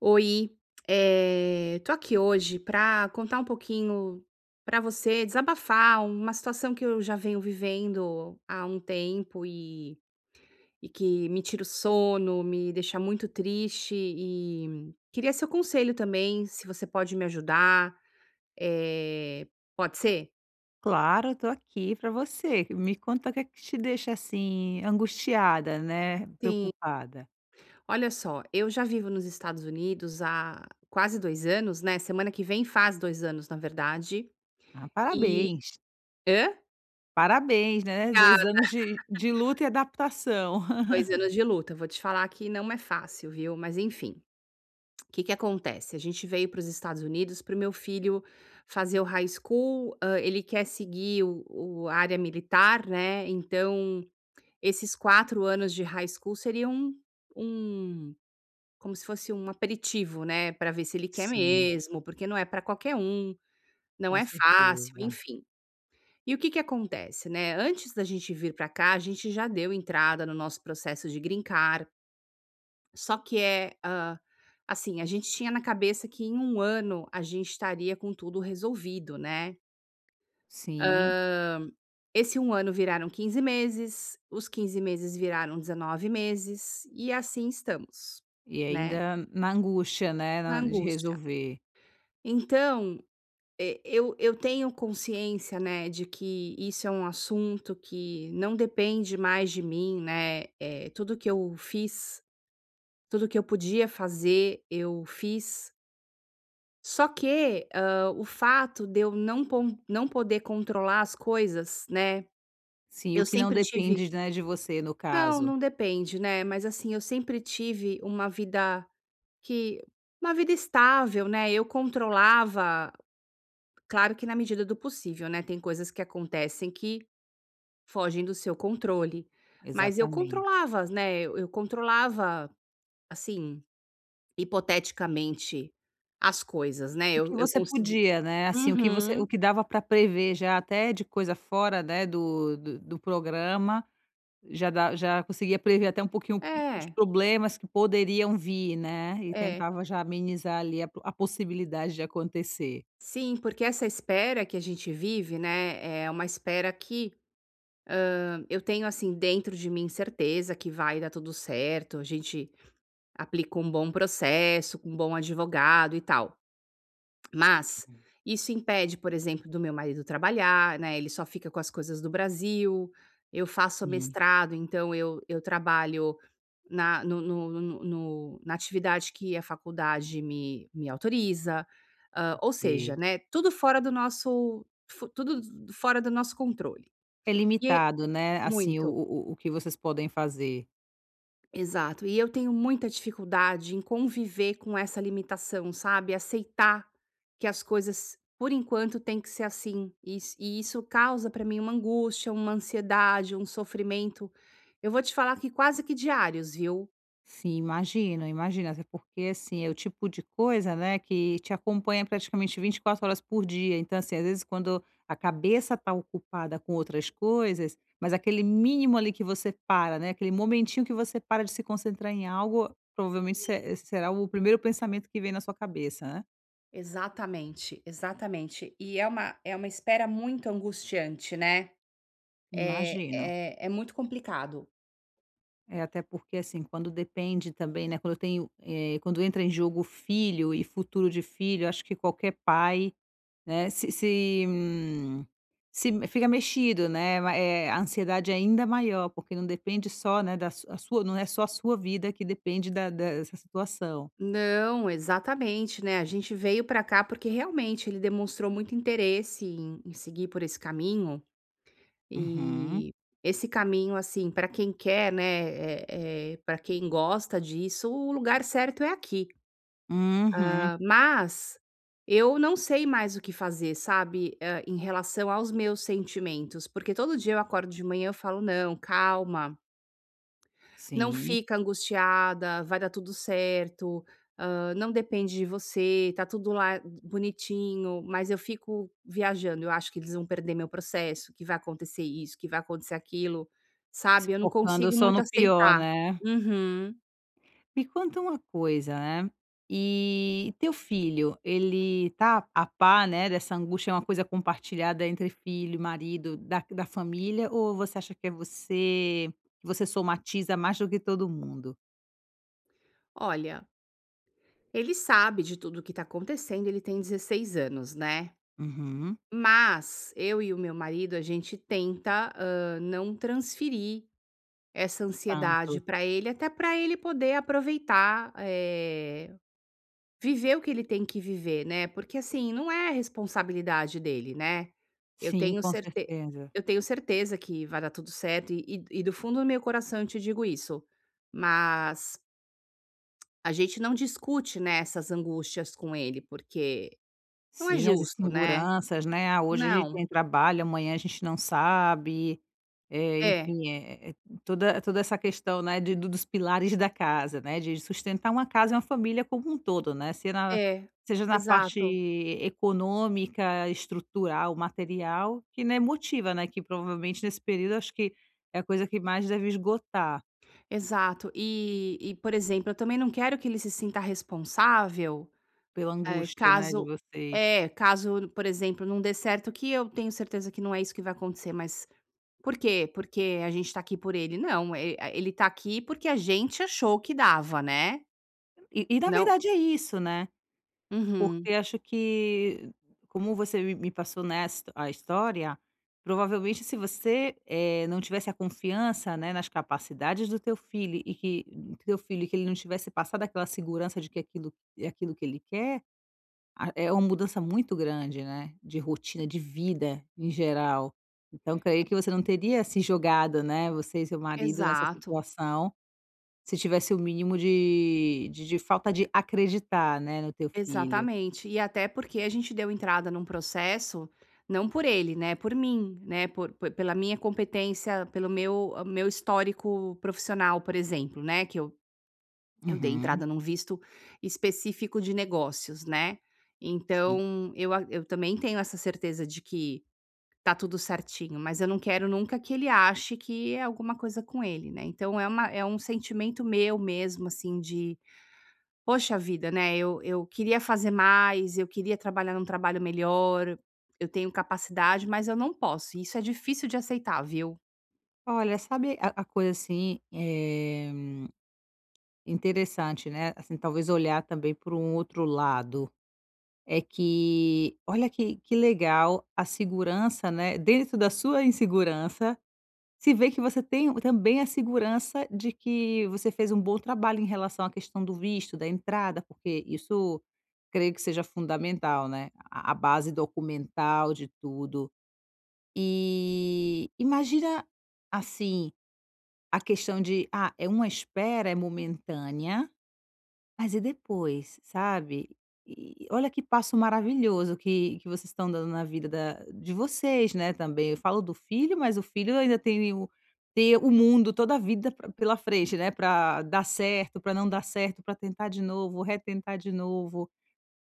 Oi, tô aqui hoje pra contar um pouquinho pra você, desabafar uma situação que eu já venho vivendo há um tempo e que me tira o sono, me deixa muito triste e queria seu conselho também, se você pode me ajudar, eh, pode ser? Claro, eu tô aqui para você. Me conta o que é que te deixa, assim, angustiada, né, Sim. preocupada. Olha só, eu já vivo nos Estados Unidos há quase 2 anos, né, semana que vem faz 2 anos, na verdade, Ah, e, parabéns, hã? parabéns, né, dois anos de luta e adaptação. 2 anos de luta. Vou te falar que não é fácil, viu. Mas enfim, o que que acontece? A gente veio para os Estados Unidos para o meu filho fazer o high school, ele quer seguir o a área militar, né, então esses 4 anos de high school seriam um- como se fosse um aperitivo, né, para ver se ele quer Sim, mesmo, porque não é para qualquer um, não com é fácil, certeza. enfim. E o que que acontece, né, antes da gente vir para cá, a gente já deu entrada no nosso processo de green. Só que é, assim, a gente tinha na cabeça que em um ano a gente estaria com tudo resolvido, né. Sim, Esse um ano viraram 15 meses, os 15 meses viraram 19 meses, e assim estamos, e né, ainda na angústia, né, na na de angústia. resolver. Então, e eu tenho consciência, né, de que isso é um assunto que não depende mais de mim, né, tudo que eu fiz, tudo que eu podia fazer, eu fiz. Só que, o fato de eu não poder controlar as coisas, né, Sim, o eu que não sempre tive. depende, né, de você no Não, caso. não depende, né, mas assim, eu sempre tive que uma vida estável, né, eu controlava, claro que na medida do possível, né, tem coisas que acontecem que fogem do seu controle, mas eu Exatamente. controlava, né, eu controlava, assim, hipoteticamente, as coisas, né, O eu que eu você consegui. podia, né, assim, o Uhum. que dava para prever já até de coisa fora, né, do programa. Já conseguia prever até um pouquinho os É, problemas que poderiam vir, né, e é. tentava já amenizar ali a possibilidade de acontecer. Sim, porque essa espera que a gente vive, né, é uma espera que, eu tenho, assim, dentro de mim certeza que vai dar tudo certo, a gente aplica um bom processo, com um bom advogado e tal. Mas Uhum. isso impede, por exemplo, do meu marido trabalhar, né, ele só fica com as coisas do Brasil. Eu faço Sim, mestrado, então eu trabalho na no no no no na atividade que a faculdade me autoriza, ou é. seja, né, tudo fora do nosso controle. É E é limitado, né, assim, o muito. o o que vocês podem fazer. Exato. E eu tenho muita dificuldade em conviver com essa limitação, sabe, aceitar que as coisas, por enquanto, tem que ser assim. E isso causa para mim uma angústia, uma ansiedade, um sofrimento. Eu vou te falar que quase que diários, viu? Sim, imagino, imagino. Até porque, assim, é o tipo de coisa, né, que te acompanha praticamente 24 horas por dia. Então, assim, às vezes, quando a cabeça tá ocupada com outras coisas, mas aquele mínimo ali que você para, né, aquele momentinho que você para de se concentrar em algo, provavelmente será o primeiro pensamento que vem na sua cabeça, né? Exatamente, exatamente. E é uma espera muito angustiante, né. É Imagino. é é muito complicado. É até porque, assim, quando depende também, né, quando tem, quando entra em jogo filho e futuro de filho, acho que qualquer pai, né, se fica mexido, né, a ansiedade é ainda maior, porque não depende só, né, da su a sua, não é só a sua vida que depende da dessa situação. Não, exatamente, né, a gente veio para cá porque realmente ele demonstrou muito interesse em seguir por esse caminho, Uhum, e esse caminho, assim, para quem quer, né, quem gosta disso, o lugar certo é aqui. uhum, Mas eu não sei mais o que fazer, sabe, em relação aos meus sentimentos, porque todo dia eu acordo de manhã, e eu falo: "Não, calma, não sim. fica angustiada, vai dar tudo certo, não depende de você, tá tudo lá bonitinho", mas eu fico viajando, eu acho que eles vão perder meu processo, que vai acontecer isso, que vai acontecer aquilo, Se sabe, eu não focando consigo só muito no pior, aceitar. né. Uhum. Me conta uma coisa, né? E teu filho, ele tá a par, né, dessa angústia? É uma coisa compartilhada entre filho, marido, da família? Ou você acha que é você, que você somatiza mais do que todo mundo? Olha, ele sabe de tudo o que tá acontecendo, ele tem 16 anos, né. Uhum, Mas eu e o meu marido, a gente tenta, não transferir essa tanto. ansiedade para ele, até para ele poder aproveitar, viver o que ele tem que viver, né, porque, assim, não é a responsabilidade dele, né. Eu Sim, tenho com certe certeza. eu tenho certeza que vai dar tudo certo e do fundo do meu coração eu te digo isso, mas a gente não discute, né, essas angústias com ele, porque não é Sim, as justo, né. inseguranças, né? Ah, hoje a gente Não. tem trabalho, amanhã a gente não sabe. Eh, É, enfim, eh eh, toda essa questão, né, de do dos pilares da casa, né, de sustentar uma casa e uma família como um todo, né, se na é, seja na parte exato. econômica, estrutural, material, que, né, motiva, né, que provavelmente nesse período acho que é a coisa que mais deve esgotar Exato. Por exemplo, eu também não quero que ele se sinta responsável, pela eh, angústia, né, de caso vocês. Caso, por exemplo, não dê certo, que eu tenho certeza que não é isso que vai acontecer, mas por quê? Porque a gente tá aqui por ele. Não, e a ele tá aqui porque a gente achou que dava, né. E, e na Não. verdade, é isso, né. Uhum. Porque acho que, como você me passou, né, a história, provavelmente se você, não tivesse a confiança, né, nas capacidades do teu filho, e que do teu filho, que ele não tivesse passado aquela segurança de que aquilo é aquilo que ele quer, a é uma mudança muito grande, né, de rotina, de vida em geral. Então, creio que você não teria se jogado, né, você e seu marido nessa Exato. situação, se tivesse o mínimo de falta de acreditar, né, no teu filho. Exatamente. E até porque a gente deu entrada num processo, não por ele, né, por mim, né, por pe pela minha competência, pelo meu histórico profissional, por exemplo, né, que eu dei Uhum. entrada num visto específico de negócios, né. Sim. Então eu também tenho essa certeza de que tá tudo certinho, mas eu não quero nunca que ele ache que é alguma coisa com ele, né. Então é uma é um sentimento meu mesmo, assim, de. Poxa vida, né, eu queria fazer mais, eu queria trabalhar num trabalho melhor, eu tenho capacidade, mas eu não posso, isso é difícil de aceitar, viu. Olha, sabe a coisa, assim, interessante, né, assim, talvez olhar também por um outro lado, é que olha que legal a segurança, né, dentro da sua insegurança. Se vê que você tem também a segurança de que você fez um bom trabalho em relação à questão do visto, da entrada, porque isso, creio que seja fundamental, né, a base documental de tudo. E imagina, assim. A questão de, ah, é uma espera, é momentânea, mas e depois, sabe? E olha que passo maravilhoso que vocês estão dando na vida da de vocês, né, também. Eu falo do filho, mas o filho ainda tem o mundo, toda a vida pra pela frente, né, para dar certo, para não dar certo, para tentar de novo, retentar de novo.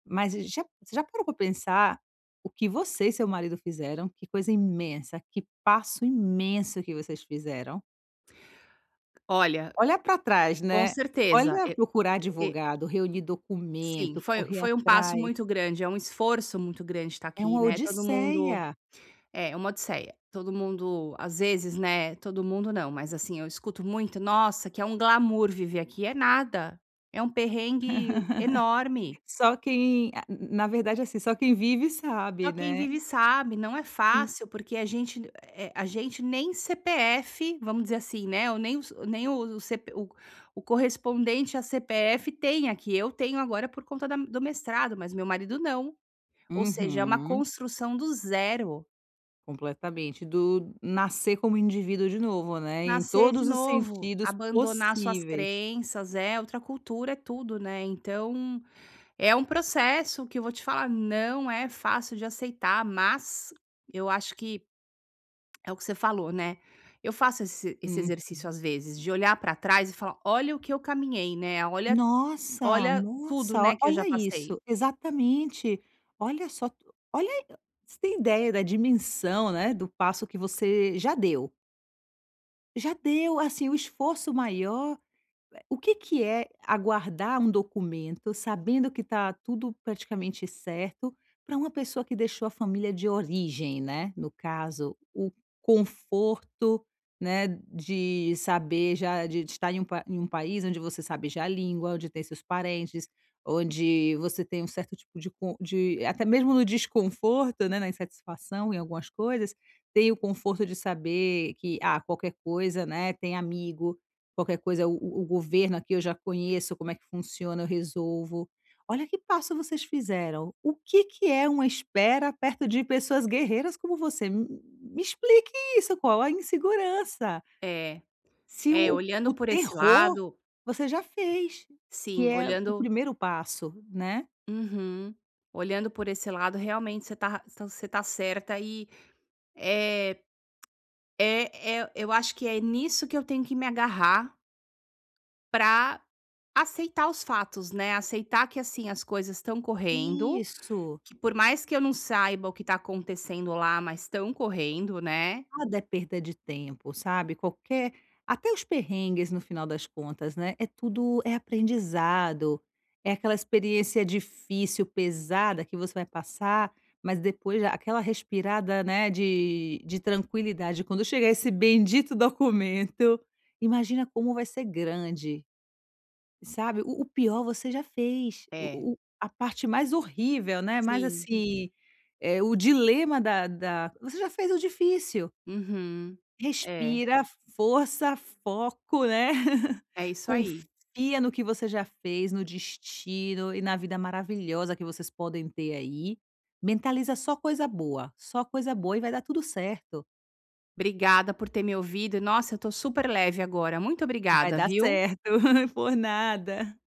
Mas já, você já parou pra pensar o que você e seu marido fizeram? Que coisa imensa, que passo imenso que vocês fizeram? Olha, Olha para trás, com né. certeza, Olha, e procurar e advogado, reunir sim, documento, foi correr foi um passo atrás. muito grande, é um esforço muito grande estar É aqui, uma né, todo mundo. odisseia. É uma odisseia, todo mundo às vezes, né, todo mundo não, mas assim, eu escuto muito: "Nossa, que é um glamour viver aqui", é nada, é um perrengue enorme. Só quem a Na verdade, assim, só quem vive Só sabe, quem né. vive sabe, não é Sim. fácil, porque a gente nem CPF, vamos dizer assim, né, ou nem o CP o o correspondente a CPF tem aqui, eu tenho agora por conta da do mestrado, mas meu marido não. Ou seja, é uma Uhum. construção do zero, Completamente. Do nascer como indivíduo de novo, né, em nascer de todos os novo, sentidos abandonar suas possíveis. crenças, é, outra cultura, é tudo, né. Então, é um processo que eu vou te falar, não é fácil de aceitar, mas eu acho que é o que você falou, né. Eu faço esse Hum. exercício às vezes, de olhar pra trás e falar: "Olha o que eu caminhei, né, olha Nossa, olha tudo, nossa, o né, que eu já olha passei". isso. Exatamente. Olha só, tu olha você tem ideia da dimensão, né, do passo que você já deu. Já deu, assim, o esforço maior. O que que é aguardar um documento, sabendo que está tudo praticamente certo, para uma pessoa que deixou a família de origem, né, no caso, o conforto, né, de saber já, de estar em um pa em um país onde você sabe já a língua, onde tem seus parentes, onde você tem um certo tipo de con de até mesmo no desconforto, né, na insatisfação em algumas coisas, tem o conforto de saber que, ah, qualquer coisa, né, tem amigo. Qualquer coisa, o governo aqui eu já conheço como é que funciona, eu resolvo. Olha que passo vocês fizeram. O que que é uma espera perto de pessoas guerreiras como você? Me explique isso, qual a insegurança? É, Se é, o olhando o por esse terror lado, você já fez, que sim, é o olhando. primeiro passo, né. Uhum. Olhando por esse lado, realmente você tá então você tá certa e, eh, é eu acho que é nisso que eu tenho que me agarrar pra aceitar os fatos, né, aceitar que, assim, as coisas estão correndo. Isso. Por mais que eu não saiba o que tá acontecendo lá, mas estão correndo, né. Nada é perda de tempo, sabe, qualquer, até os perrengues, no final das contas, né, é tudo, é aprendizado, é aquela experiência difícil, pesada que você vai passar, mas depois aquela respirada, né, de tranquilidade, quando chegar esse bendito documento, imagina como vai ser grande, sabe, o pior você já fez, É, o a parte mais horrível, né, mais sim. assim, é o dilema da você já fez o difícil. Uhum. É, Respira, força, foco, né. é isso aí. Confia no que você já fez, no destino e na vida maravilhosa que vocês podem ter aí. Mentaliza só coisa boa, só coisa boa, e vai dar tudo certo. Obrigada por ter me ouvido e, nossa, eu tô super leve agora. Muito Vai obrigada, dar viu. certo. Por nada.